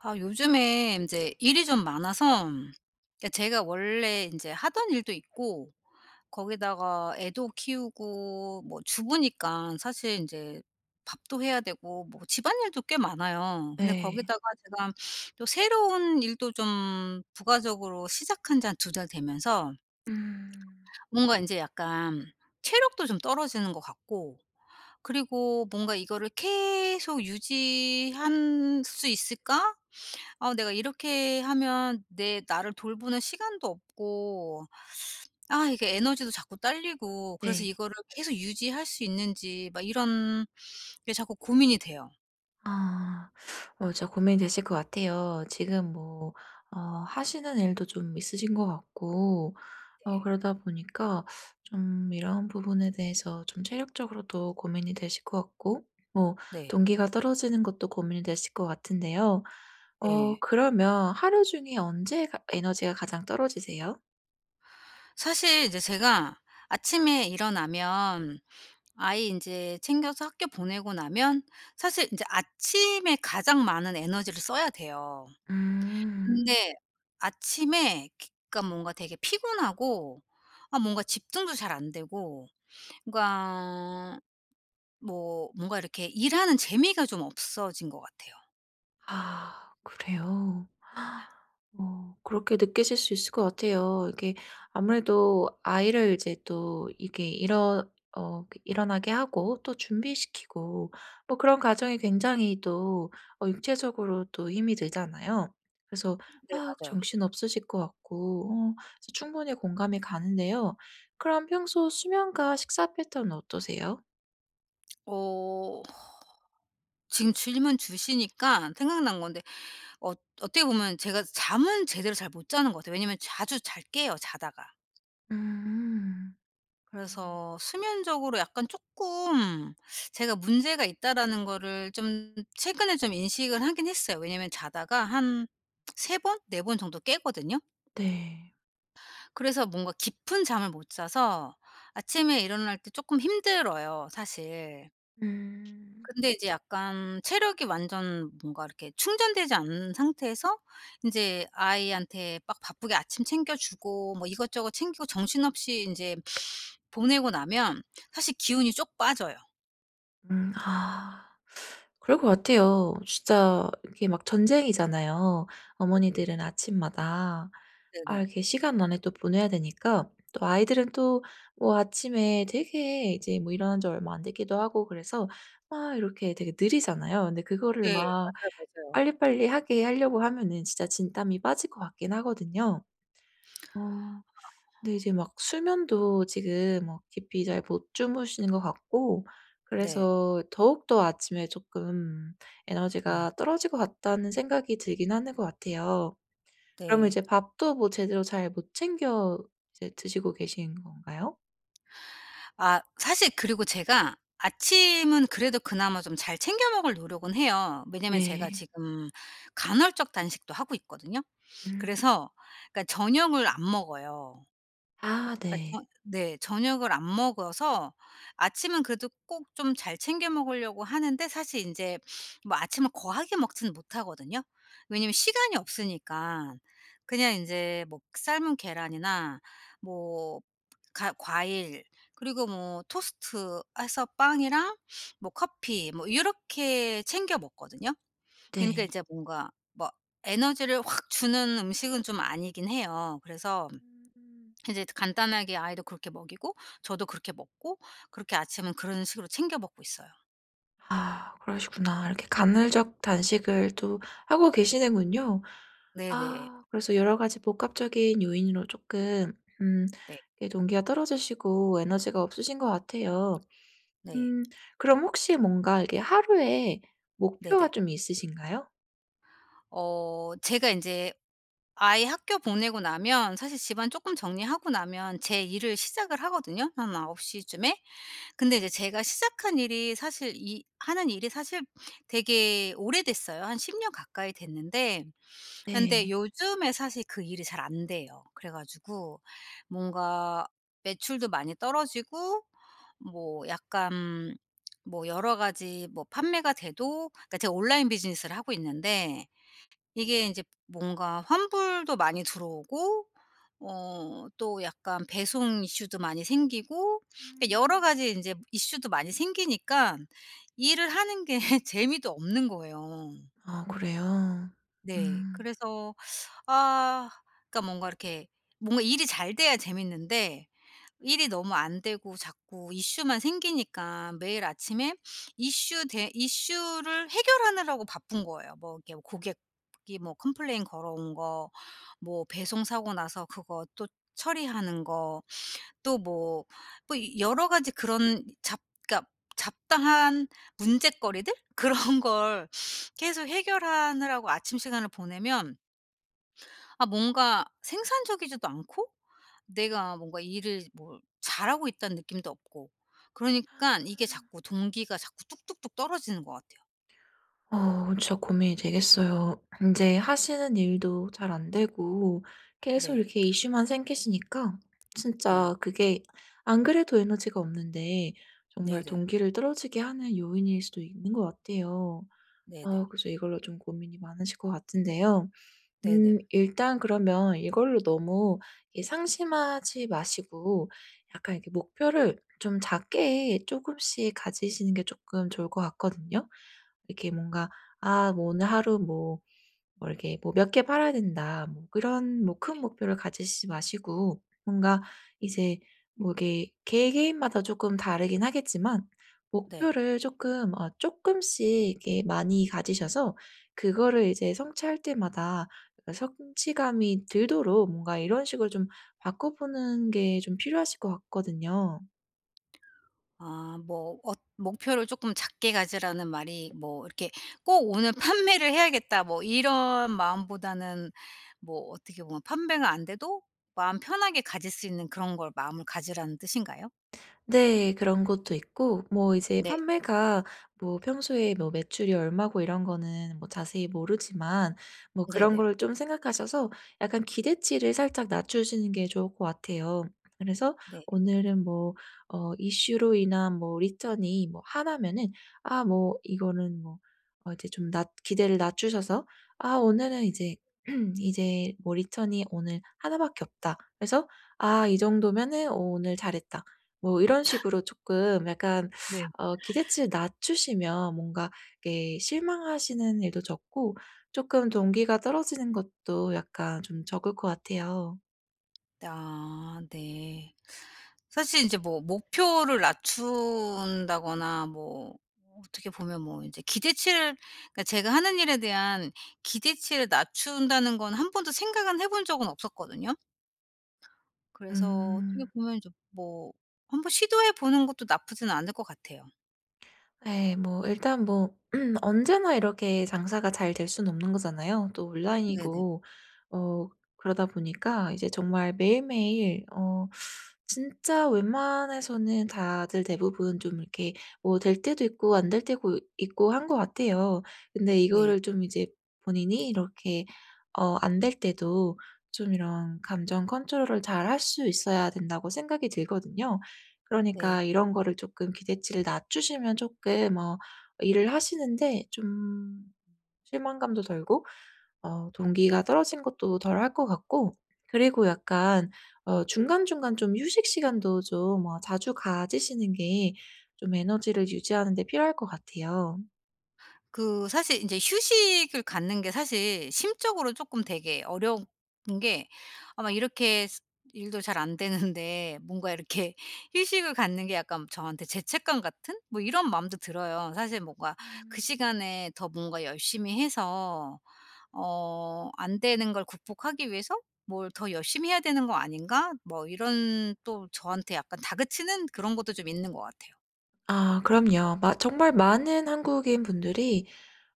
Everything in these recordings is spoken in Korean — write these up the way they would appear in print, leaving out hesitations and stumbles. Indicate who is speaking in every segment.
Speaker 1: 아 요즘에 이제 일이 좀 많아서 그러니까 제가 원래 이제 하던 일도 있고 거기다가 애도 키우고 뭐 주부니까 사실 이제 밥도 해야 되고 뭐 집안일도 꽤 많아요. 근데
Speaker 2: 네.
Speaker 1: 거기다가 제가 또 새로운 일도 좀 부가적으로 시작한 지 한 두 달 되면서
Speaker 2: 음.
Speaker 1: 뭔가 이제 약간 체력도 좀 떨어지는 것 같고 그리고 뭔가 '이거를 계속 유지할 수 있을까?' 아 내가 이렇게 하면 내 나를 돌보는 시간도 없고 아 이게 에너지도 자꾸 딸리고 그래서
Speaker 2: 네.
Speaker 1: 이거를 계속 유지할 수 있는지 막 이런 게 자꾸 고민이 돼요.
Speaker 2: 아. 진짜 고민되실 것 같아요. 지금 뭐 어 하시는 일도 좀 있으신 것 같고,
Speaker 1: 네.
Speaker 2: 그러다 보니까 좀 이런 부분에 대해서 좀 체력적으로도 고민이 되실 것 같고, 뭐
Speaker 1: 네.
Speaker 2: 동기가 떨어지는 것도 고민이 되실 것 같은데요.
Speaker 1: 네.
Speaker 2: 그러면 하루 중에 언제 가 에너지가 가장 떨어지세요?
Speaker 1: 사실 이제 제가 아침에 일어나면 아이 이제 챙겨서 학교 보내고 나면 사실 이제 아침에 가장 많은 에너지를 써야 돼요.
Speaker 2: 음.
Speaker 1: 근데 아침에 그러니까 뭔가 되게 피곤하고 아 뭔가 집중도 잘 안 되고 뭔가 뭐 뭔가 이렇게 일하는 재미가 좀 없어진 것 같아요.
Speaker 2: 아, 그래요? 그렇게 느끼실 수 있을 것 같아요. 이게 아무래도 아이를 이제 또 이게 일어 어 그 일어나게 하고 또 준비시키고, 뭐 그런 과정이 굉장히 또 육체적으로 또 힘이 들잖아요. 그래서
Speaker 1: 네
Speaker 2: 막
Speaker 1: 맞아요.
Speaker 2: 정신없으실 것 같고, 그래서 충분히 공감이 가는데요. 그럼 평소 수면과 식사 패턴은 어떠세요?
Speaker 1: 어 지금 질문 주시니까 생각난 건데 어 어떻게 보면 제가 잠은 제대로 잘 못 자는 것 같아요. 왜냐면 자주 잘 깨요 자다가.
Speaker 2: 음.
Speaker 1: 그래서 수면적으로 약간 조금 제가 문제가 있다라는 거를 좀 최근에 좀 인식을 하긴 했어요. 왜냐면 자다가 한 3 번, 4번 정도 깨거든요.
Speaker 2: 네.
Speaker 1: 그래서 뭔가 깊은 잠을 못 자서 아침에 일어날 때 조금 힘들어요 사실.
Speaker 2: 음.
Speaker 1: 근데 이제 약간 체력이 완전 뭔가 이렇게 충전되지 않은 상태에서 인제 아이한테 막 바쁘게 아침 챙겨 주고 뭐 이것저것 챙기고 정신없이 인제 보내고 나면 사실 기운이 쪽 빠져요.
Speaker 2: 음. 아. 그럴 것 같아요. 진짜 이게 막 전쟁이잖아요,
Speaker 1: 네네.
Speaker 2: 어머니들은 아침마다.
Speaker 1: 네네.
Speaker 2: 이렇게 시간 안에 또 보내야 되니까, 또 아이들은 또 뭐 아침에 되게 이제 뭐 일어난 지 얼마 안 됐기도 하고 그래서 막 이렇게 되게 느리잖아요. 근데 그거를
Speaker 1: 네.
Speaker 2: 막
Speaker 1: 맞아요, 맞아요.
Speaker 2: 빨리빨리 하게 하려고 하면은 진짜 진땀이 빠질 것 같긴 하거든요. 어. 근데 이제 막 수면도 지금 뭐 깊이 잘 못 주무시는 것 같고,
Speaker 1: 네.
Speaker 2: 그래서 더욱더 아침에 쪼끔
Speaker 1: 음
Speaker 2: 에너지가 떨어질 것 같다는 생각이 들긴 하는 것 같아요. 그러면
Speaker 1: 네.
Speaker 2: 이제 밥도 뭐 제대로 잘 못 챙겨 이제 드시고 계신 건가요?
Speaker 1: 아 사실 그리고 제가 아침은 그래도 그나마 좀 잘 챙겨 먹을 노력은 해요. 왜냐면 제가
Speaker 2: 네.
Speaker 1: 지금 간헐적 단식도 하고 있거든요.
Speaker 2: 음.
Speaker 1: 그래서 그러니까 저녁을 안 먹어요.
Speaker 2: 아,
Speaker 1: 그러니까
Speaker 2: 네.
Speaker 1: 네 저녁을 안 먹어서 아침은 그래도 꼭 좀 잘 챙겨 먹으려고 하는데 사실 인제 뭐 아침을 거하게 먹지는 못하거든요. 왜냐면 시간이 없으니까. 그냥 인제 뭐 삶은 계란이나 뭐 가 과일 그리고 뭐 토스트 해서 빵이랑 뭐 커피 뭐 요렇게 챙겨 먹거든요.
Speaker 2: 네.
Speaker 1: 그러니까 이제 뭔가 뭐 에너지를 확 주는 음식은 좀 아니긴 해요. 그래서
Speaker 2: 음.
Speaker 1: 이제 간단하게 아이도 그렇게 먹이고 저도 그렇게 먹고 그렇게 아침은 그런 식으로 챙겨 먹고 있어요.
Speaker 2: 아, 그러시구나. 이렇게 간헐적 단식을 또 하고 계시는군요.
Speaker 1: 네네.
Speaker 2: 아, 그래서 여러 가지 복합적인 요인으로 조금, 음
Speaker 1: 네.
Speaker 2: 이렇게 동기가 떨어지시고 에너지가 없으신 것 같아요.
Speaker 1: 네.
Speaker 2: 음 그럼 혹시 뭔가 이게 하루에 목표가
Speaker 1: 네네.
Speaker 2: 좀 있으신가요?
Speaker 1: 제가 인제 아이 학교 보내고 나면 사실 집안 쪼끔 정리하고 나면 제 일을 시작을 하거든요 한 9 시쯤에. 근데 이제 제가 시작한 일이 사실 이 하는 일이 사실 되게 오래됐어요. 한 10년 가까이 됐는데 근데
Speaker 2: 네.
Speaker 1: 요즘에 사실 그 일이 잘 안 돼요. 그래 가지고 뭔가 매출도 많이 떨어지고 뭐 약간 뭐 여러 가지 뭐 판매가 돼도 그러니까 제가 온라인 비즈니스를 하고 있는데 이게 이제 뭔가 환불도 많이 들어오고 또 약간 배송 이슈도 많이 생기고 그러니까
Speaker 2: 음.
Speaker 1: 여러 가지 이제 이슈도 많이 생기니까 일을 하는 게 재미도 없는 거예요.
Speaker 2: 아, 그래요?
Speaker 1: 네.
Speaker 2: 음.
Speaker 1: 그래서 아 그러니까 뭔가 이렇게 뭔가 일이 잘 돼야 재밌는데 일이 너무 안 되고 자꾸 이슈만 생기니까 매일 아침에 이슈 대 이슈를 해결하느라고 바쁜 거예요. 뭐 이렇게 고객이 뭐 컴플레인 걸어온 거 뭐 배송 사고 나서 그거 또 처리하는 거 또 뭐 여러 가지 그런 잡 그러니까 잡다한 문제거리들 그런 걸 계속 해결하느라고 아침 시간을 보내면 아 뭔가 생산적이지도 않고 내가 뭔가 일을 뭘 잘하고 있다는 느낌도 없고 그러니까 이게 자꾸 동기가 자꾸 뚝뚝뚝 떨어지는 것 같아요.
Speaker 2: 진짜 고민이 되겠어요. 이제 하시는 일도 잘 안 되고 계속
Speaker 1: 네.
Speaker 2: 이렇게 이슈만 생기시니까,
Speaker 1: 네.
Speaker 2: 진짜 그게 안 그래도 에너지가 없는데 정말
Speaker 1: 네네.
Speaker 2: 동기를 떨어지게 하는 요인일 수도 있는 것 같아요.
Speaker 1: 네네.
Speaker 2: 그래서 이걸로 좀 고민이 많으실 것 같은데요.
Speaker 1: 네네.
Speaker 2: 일단 그러면 이걸로 너무 이 상심하지 마시고, 약간 이렇게 목표를 좀 작게 조금씩 가지시는 게 조금 좋을 것 같거든요. 이렇게 뭔가, '아, 뭐 오늘 하루 뭐 이렇게 뭐 몇 개 팔아야 된다.' 뭐 그런 뭐
Speaker 1: 네.
Speaker 2: 큰 목표를 가지시지 마시고, 뭔가 이제 뭐 이게 개개인마다 조금 다르긴 하겠지만,
Speaker 1: 네.
Speaker 2: 목표를 조금어쪼씩 이렇게 많이 가지셔서 그거를 이제 성취할 때마다 그 성취감이 들도록, 뭔가 이런 식으로 좀 바꿔 보는 게 좀 필요하실 것 같거든요.
Speaker 1: 아 뭐 목표를 조금 작게 가지라는 말이 뭐 이렇게 '꼭 오늘 판매를 해야겠다.' 뭐 이런 마음보다는 뭐 어떻게 보면 판매가 안 돼도 마음 편하게 가질 수 있는 그런 걸 마음을 가지라는 뜻인가요?
Speaker 2: 네, 그런 것도 있고, 뭐 이제
Speaker 1: 네.
Speaker 2: 판매가 뭐 평소에 뭐 매출이 얼마고 이런 거는 뭐 자세히 모르지만, 뭐 그런
Speaker 1: 네네.
Speaker 2: 거를 좀 생각하셔서 약간 기대치를 살짝 낮추시는 게 좋을 것 같아요. 그래서
Speaker 1: 네.
Speaker 2: 오늘은 뭐 이슈로 인한 뭐 리턴이 뭐나 면은, 아 뭐 이거는 뭐 이제 좀 낮 기대를 낮추셔서, '아, 오늘은 이제 이제 뭐 리턴이 오늘 하나 밖에 없다.' 그래서 '아, 이 정도면은 오늘 잘했다.' 뭐 이런 식으로 조금 약간
Speaker 1: 네.
Speaker 2: 기대치를 낮추시면, 뭔가 이렇게 실망하시는 일도 적고 조금 동기가 떨어지는 것도 약간 좀 적을 것 같아요.
Speaker 1: 아 네. 사실 이제 뭐 목표를 낮춘다거나 뭐 어떻게 보면 뭐 이제 기대치를 그러니까 제가 하는 일에 대한 기대치를 낮춘다는 건 한 번도 생각은 해본 적은 없었거든요. 그래서 어떻게
Speaker 2: 음.
Speaker 1: 보면 좀 뭐 한번 시도해 보는 것도 나쁘지는 않을 것 같아요.
Speaker 2: 네, 뭐 일단 뭐 언제나 이렇게 장사가 잘 될 수는 없는 거잖아요. 또
Speaker 1: 네네.
Speaker 2: 온라인이고 어 그러다 보니까 이제 정말 매일매일, 진짜 웬만해서는 다들 대부분 좀 이렇게 뭐 될 때도 있고 안 될 때도 있고 한 것 같아요. 근데
Speaker 1: 네.
Speaker 2: 이거를 좀 이제 본인이 이렇게 안 될 때도 좀 이런 감정 컨트롤을 잘 할 수 있어야 된다고 생각이 들거든요.
Speaker 1: 네.
Speaker 2: 그러니까 이런 거를 조금 기대치를 낮추시면, 조금 일을 하시는데 좀 실망감도 덜고 동기가 떨어진 것도 덜할 것 같고, 그리고 약간 중간중간 좀 휴식 시간도 좀 자주 가지시는 게 좀 에너지를 유지하는 데 필요할 것 같아요.
Speaker 1: 그 사실 이제 휴식을 갖는 게 사실 심적으로 조금 되게 어려운 게 아마 이렇게 스 일도 잘 안 되는데 뭔가 이렇게 휴식을 갖는 게 약간 저한테 죄책감 같은 뭐 이런 마음도 들어요. 사실 뭔가 그 시간에 더 뭔가 열심히 해서 안 되는 걸 극복하기 위해서 '뭘 더 열심히 해야 되는 거 아닌가?' 뭐 이런 또 저한테 약간 다그치는 그런 것도 좀 있는 것 같아요.
Speaker 2: 아, 그럼요. 마 정말 많은 한국인 분들이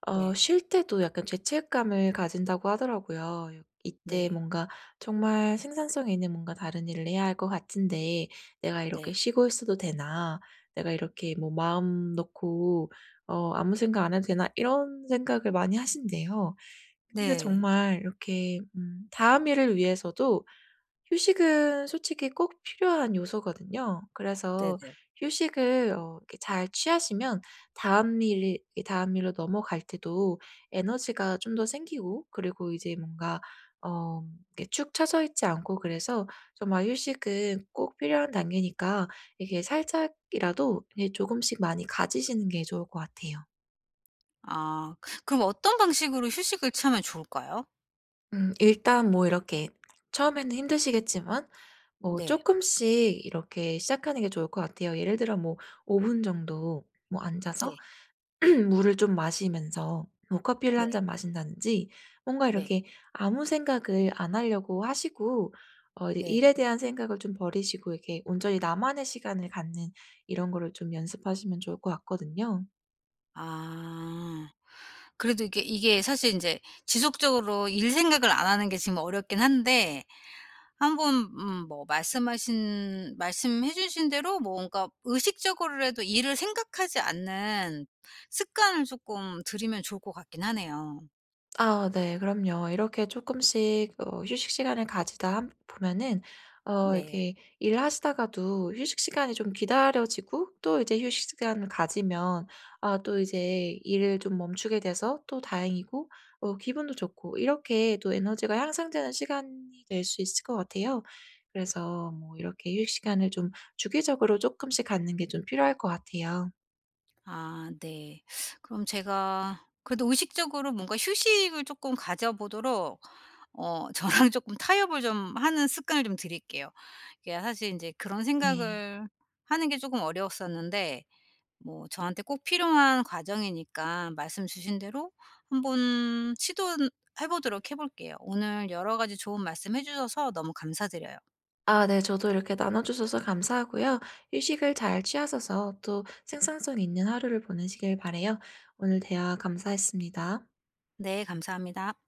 Speaker 1: 네.
Speaker 2: 쉴 때도 약간 죄책감을 가진다고 하더라고요. 이때
Speaker 1: 네.
Speaker 2: 뭔가 정말 생산성 있는 뭔가 다른 일을 해야 할 것 같은데, '내가 이렇게
Speaker 1: 네.
Speaker 2: 쉬고 있어도 되나? 내가 이렇게 뭐 마음 놓고 아무 생각 안 해도 되나?' 이런 생각을 많이 하신대요. 근데
Speaker 1: 네.
Speaker 2: 정말 이렇게 다음 일을 위해서도 휴식은 솔직히 꼭 필요한 요소거든요. 그래서
Speaker 1: 네네.
Speaker 2: 휴식을 이렇게 잘 취하시면, 다음 일 다음 일로 넘어갈 때도 에너지가 좀 더 생기고, 그리고 이제 뭔가 어 이렇게 축 처져 있지 않고. 그래서 정말 휴식은 꼭 필요한 단계니까 이게 살짝이라도, 이게 조금씩 많이 가지시는 게 좋을 것 같아요.
Speaker 1: 아. 그럼 어떤 방식으로 휴식을 취하면 좋을까요?
Speaker 2: 일단 뭐 이렇게 처음에는 힘드시겠지만 뭐
Speaker 1: 네.
Speaker 2: 조금씩 이렇게 시작하는 게 좋을 것 같아요. 예를 들어 뭐 5분 정도 뭐 앉아서
Speaker 1: 네.
Speaker 2: 물을 좀 마시면서 뭐 커피를
Speaker 1: 네.
Speaker 2: 한 잔 마신다든지, 뭔가
Speaker 1: 네.
Speaker 2: 이렇게 아무 생각을 안 하려고 하시고 이제
Speaker 1: 네.
Speaker 2: 일에 대한 생각을 좀 버리시고 이렇게 온전히 나만의 시간을 갖는, 이런 거를 좀 연습하시면 좋을 것 같거든요.
Speaker 1: 아. 그래도 이게 사실 이제 지속적으로 일 생각을 안 하는 게 지금 어렵긴 한데 한번 뭐 말씀하신 말씀해 주신 대로 뭔가 의식적으로라도 일을 생각하지 않는 습관을 조금 들이면 좋을 것 같긴 하네요.
Speaker 2: 아, 네. 그럼요. 이렇게 조금씩 휴식 시간을 가지다 함 보면은,
Speaker 1: 네.
Speaker 2: 이렇게 일하시다가도 휴식 시간이 좀 기다려지고, 또 이제 휴식 시간을 가지면 아, 또 이제 일을 좀 멈추게 돼서 또 다행이고 기분도 좋고, 이렇게 또 에너지가 향상되는 시간이 될 수 있을 것 같아요. 그래서 뭐 이렇게 휴식 시간을 좀 주기적으로 조금씩 갖는 게 좀 필요할 것 같아요.
Speaker 1: 아 네. 그럼 제가 그래도 의식적으로 뭔가 휴식을 조금 가져 보도록 저랑 조금 타협을 좀 하는 습관을 좀 드릴게요 이게 사실 이제 그런
Speaker 2: 네.
Speaker 1: 생각을 하는 게 조금 어려웠었는데 뭐 저한테 꼭 필요한 과정이니까 말씀 주신 대로 한번 시도해 보도록 해 볼게요. 오늘 여러 가지 좋은 말씀해 주셔서 너무 감사드려요.
Speaker 2: 아, 네. 저도 이렇게 나눠 주셔서 감사하고요. 휴식을 잘 취하셔서 또 생산성 있는 하루를 보내시길 바라요. 오늘 대화 감사했습니다.
Speaker 1: 네 감사합니다.